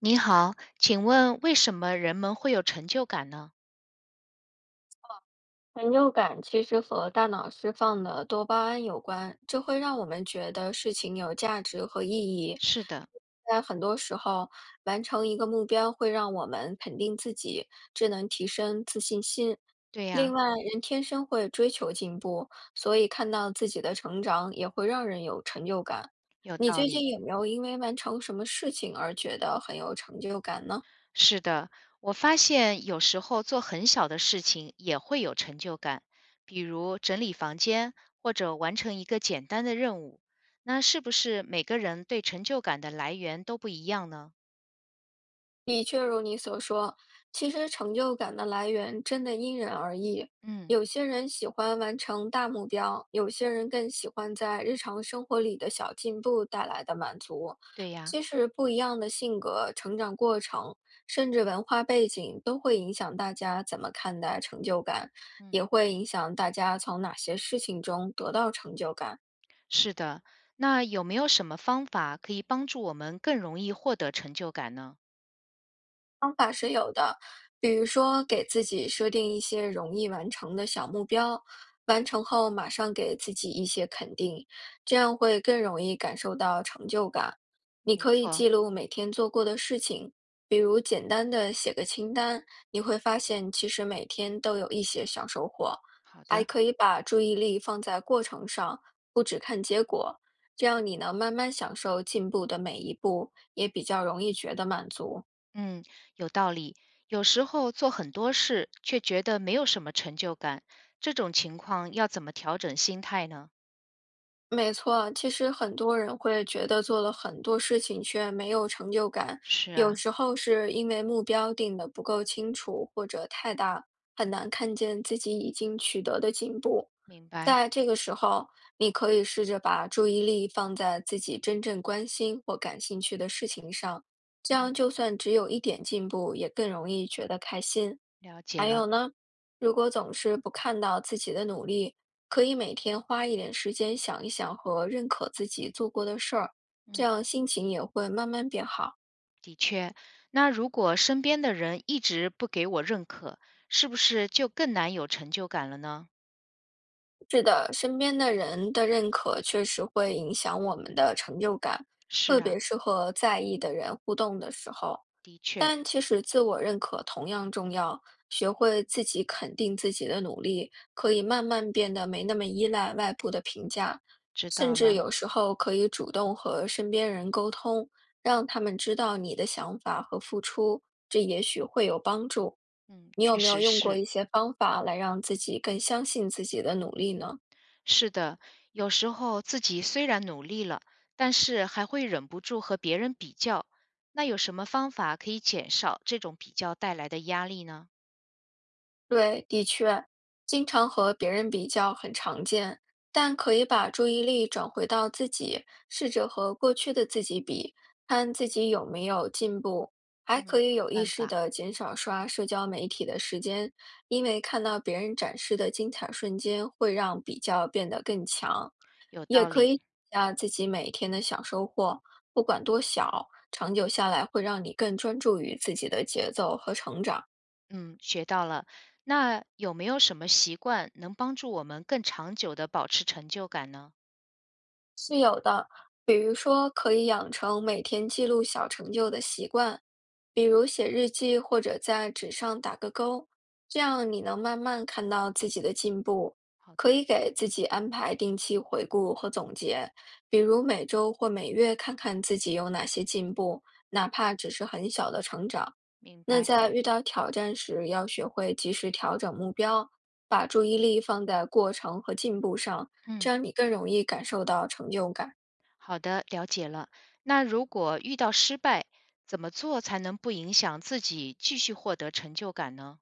你好，请问为什么人们会有成就感呢？成就感其实和大脑释放的多巴胺有关，这会让我们觉得事情有价值和意义。是的，在很多时候，完成一个目标会让我们肯定自己，这能提升自信心。对呀，另外，人天生会追求进步，所以看到自己的成长也会让人有成就感。有你道最理。近有没有因为完成什么事情而觉得很有成就感呢？是的，我发现有时候做很小的事情也会有成就感，比如整理房间或者完成一个简单的任务。那是不是每个人对成就感的来源都不一样呢？的确如你所说，其实成就感的来源真的因人而异。嗯，有些人喜欢完成大目标，有些人更喜欢在日常生活里的小进步带来的满足。对呀，即使不一样的性格、成长过程，甚至文化背景，都会影响大家怎么看待成就感，嗯，也会影响大家从哪些事情中得到成就感。是的。那有没有什么方法可以帮助我们更容易获得成就感呢？方法是有的，比如说给自己设定一些容易完成的小目标，完成后马上给自己一些肯定，这样会更容易感受到成就感。你没可以错，记录每天做过的事情，比如简单的写个清单，你会发现其实每天都有一些小收获。好还的。可以把注意力放在过程上，不只看结果，这样你能慢慢享受进步的每一步，也比较容易觉得满足。嗯，有道理。有时候做很多事，却觉得没有什么成就感，这种情况要怎么调整心态呢？没错，其实很多人会觉得做了很多事情却没有成就感，是啊，有时候是因为目标定得不够清楚或者太大，很难看见自己已经取得的进步。明白，在这个时候，你可以试着把注意力放在自己真正关心或感兴趣的事情上，这样就算只有一点进步，也更容易觉得开心。了解还了。有呢，如果总是不看到自己的努力，可以每天花一点时间想一想和认可自己做过的事儿，这嗯，样心情也会慢慢变好。的确。那如果身边的人一直不给我认可，是不是就更难有成就感了呢？是的，身边的人的认可确实会影响我们的成就感，是特别啊，是和在意的人互动的时候。的确，但其实自我认可同样重要，学会自己肯定自己的努力，可以慢慢变得没那么依赖外部的评价，知甚道至了。有时候可以主动和身边人沟通，让他们知道你的想法和付出，这也许会有帮助。嗯，你有确没有实用过是。一些方法来让自己更相信自己的努力呢？是的，有时候自己虽然努力了，但是还会忍不住和别人比较。那有什么方法可以减少这种比较带来的压力呢？对，的确，经常和别人比较很常见，但可以把注意力转回到自己，试着和过去的自己比，看自己有没有进步。还嗯，可以好有意办识法，的减少刷社交媒体的时间，因为看到别人展示的精彩瞬间，会让比较变得更强。有也道可理。以写下自己每天的小收获，不管多小，长久下来会让你更专注于自己的节奏和成长。嗯，学到了。那有没有什么习惯能帮助我们更长久的保持成就感呢？是有的，比如说可以养成每天记录小成就的习惯，比如写日记或者在纸上打个勾，这样你能慢慢看到自己的进步。好可的，以给自己安排定期回顾和总结，比如每周或每月看看自己有哪些进步，哪怕只是很小的成长。明那白。在遇到挑战时，要学会及时调整目标，把注意力放在过程和进步上。嗯，这样你更容易感受到成就感。好的，了解了。那如果遇到失败，怎么做才能不影响自己继续获得成就感呢？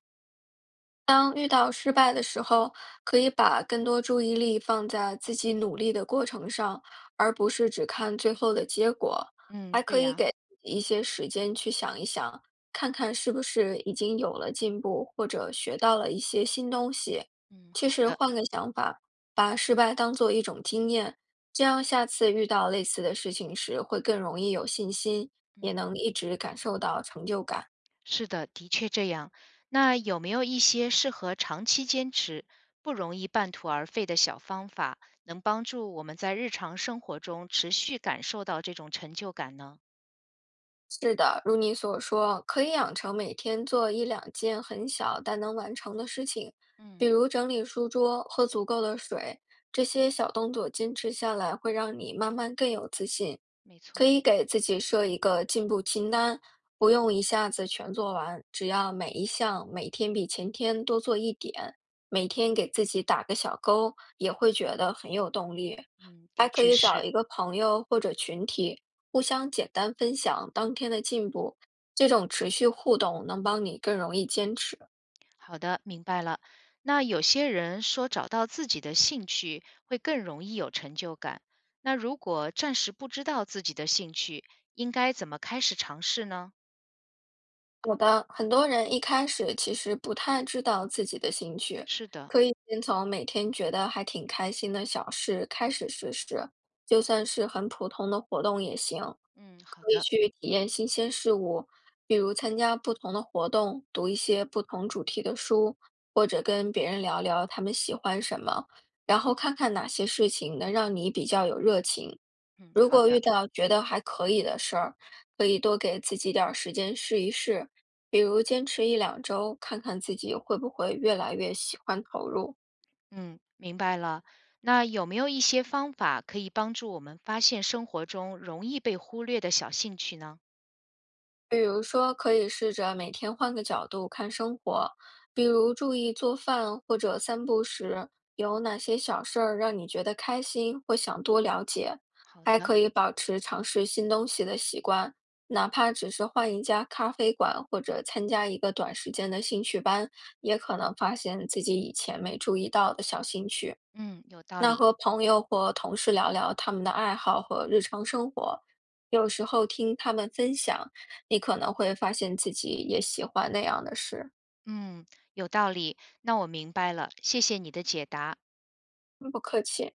当遇到失败的时候，可以把更多注意力放在自己努力的过程上，而不是只看最后的结果。嗯，还对可以呀。给一些时间去想一想，看看是不是已经有了进步，或者学到了一些新东西。嗯，其好实的。换个想法，把失败当做一种经验，这样下次遇到类似的事情时会更容易有信心，嗯，也能一直感受到成就感。是的，的确这样。那有没有一些适合长期坚持、不容易半途而废的小方法，能帮助我们在日常生活中持续感受到这种成就感呢？是的，如你所说，可以养成每天做一两件很小但能完成的事情，嗯，比如整理书桌、喝足够的水，这些小动作坚持下来，会让你慢慢更有自信。没可错，以给自己设一个进步清单，不用一下子全做完，只要每一项每天比前天多做一点，每天给自己打个小勾，也会觉得很有动力。嗯，的还可确以找是。一个朋友或者群体，互相简单分享当天的进步，这种持续互动能帮你更容易坚持。好的，明白了。那有些人说找到自己的兴趣会更容易有成就感。那如果暂时不知道自己的兴趣，应该怎么开始尝试呢？有的，很多人一开始其实不太知道自己的兴趣，是的，可以先从每天觉得还挺开心的小事开始试试，就算是很普通的活动也行。嗯，好可以的，去体验新鲜事物，比如参加不同的活动，读一些不同主题的书，或者跟别人聊聊他们喜欢什么，然后看看哪些事情能让你比较有热情。嗯，如好果遇的。到觉得还可以的事儿，可以多给自己点儿时间试一试，比如坚持一两周，看看自己会不会越来越喜欢投入。嗯，明白了。那有没有一些方法可以帮助我们发现生活中容易被忽略的小兴趣呢？比如说，可以试着每天换个角度看生活，比如注意做饭或者散步时有哪些小事儿让你觉得开心或想多了解。好还的，可以保持尝试新东西的习惯，哪怕只是换一家咖啡馆或者参加一个短时间的兴趣班，也可能发现自己以前没注意到的小兴趣。嗯，有道那理，和朋友或同事聊聊他们的爱好和日常生活，有时候听他们分享，你可能会发现自己也喜欢那样的事。嗯，有道理。那我明白了，谢谢你的解答。不客气。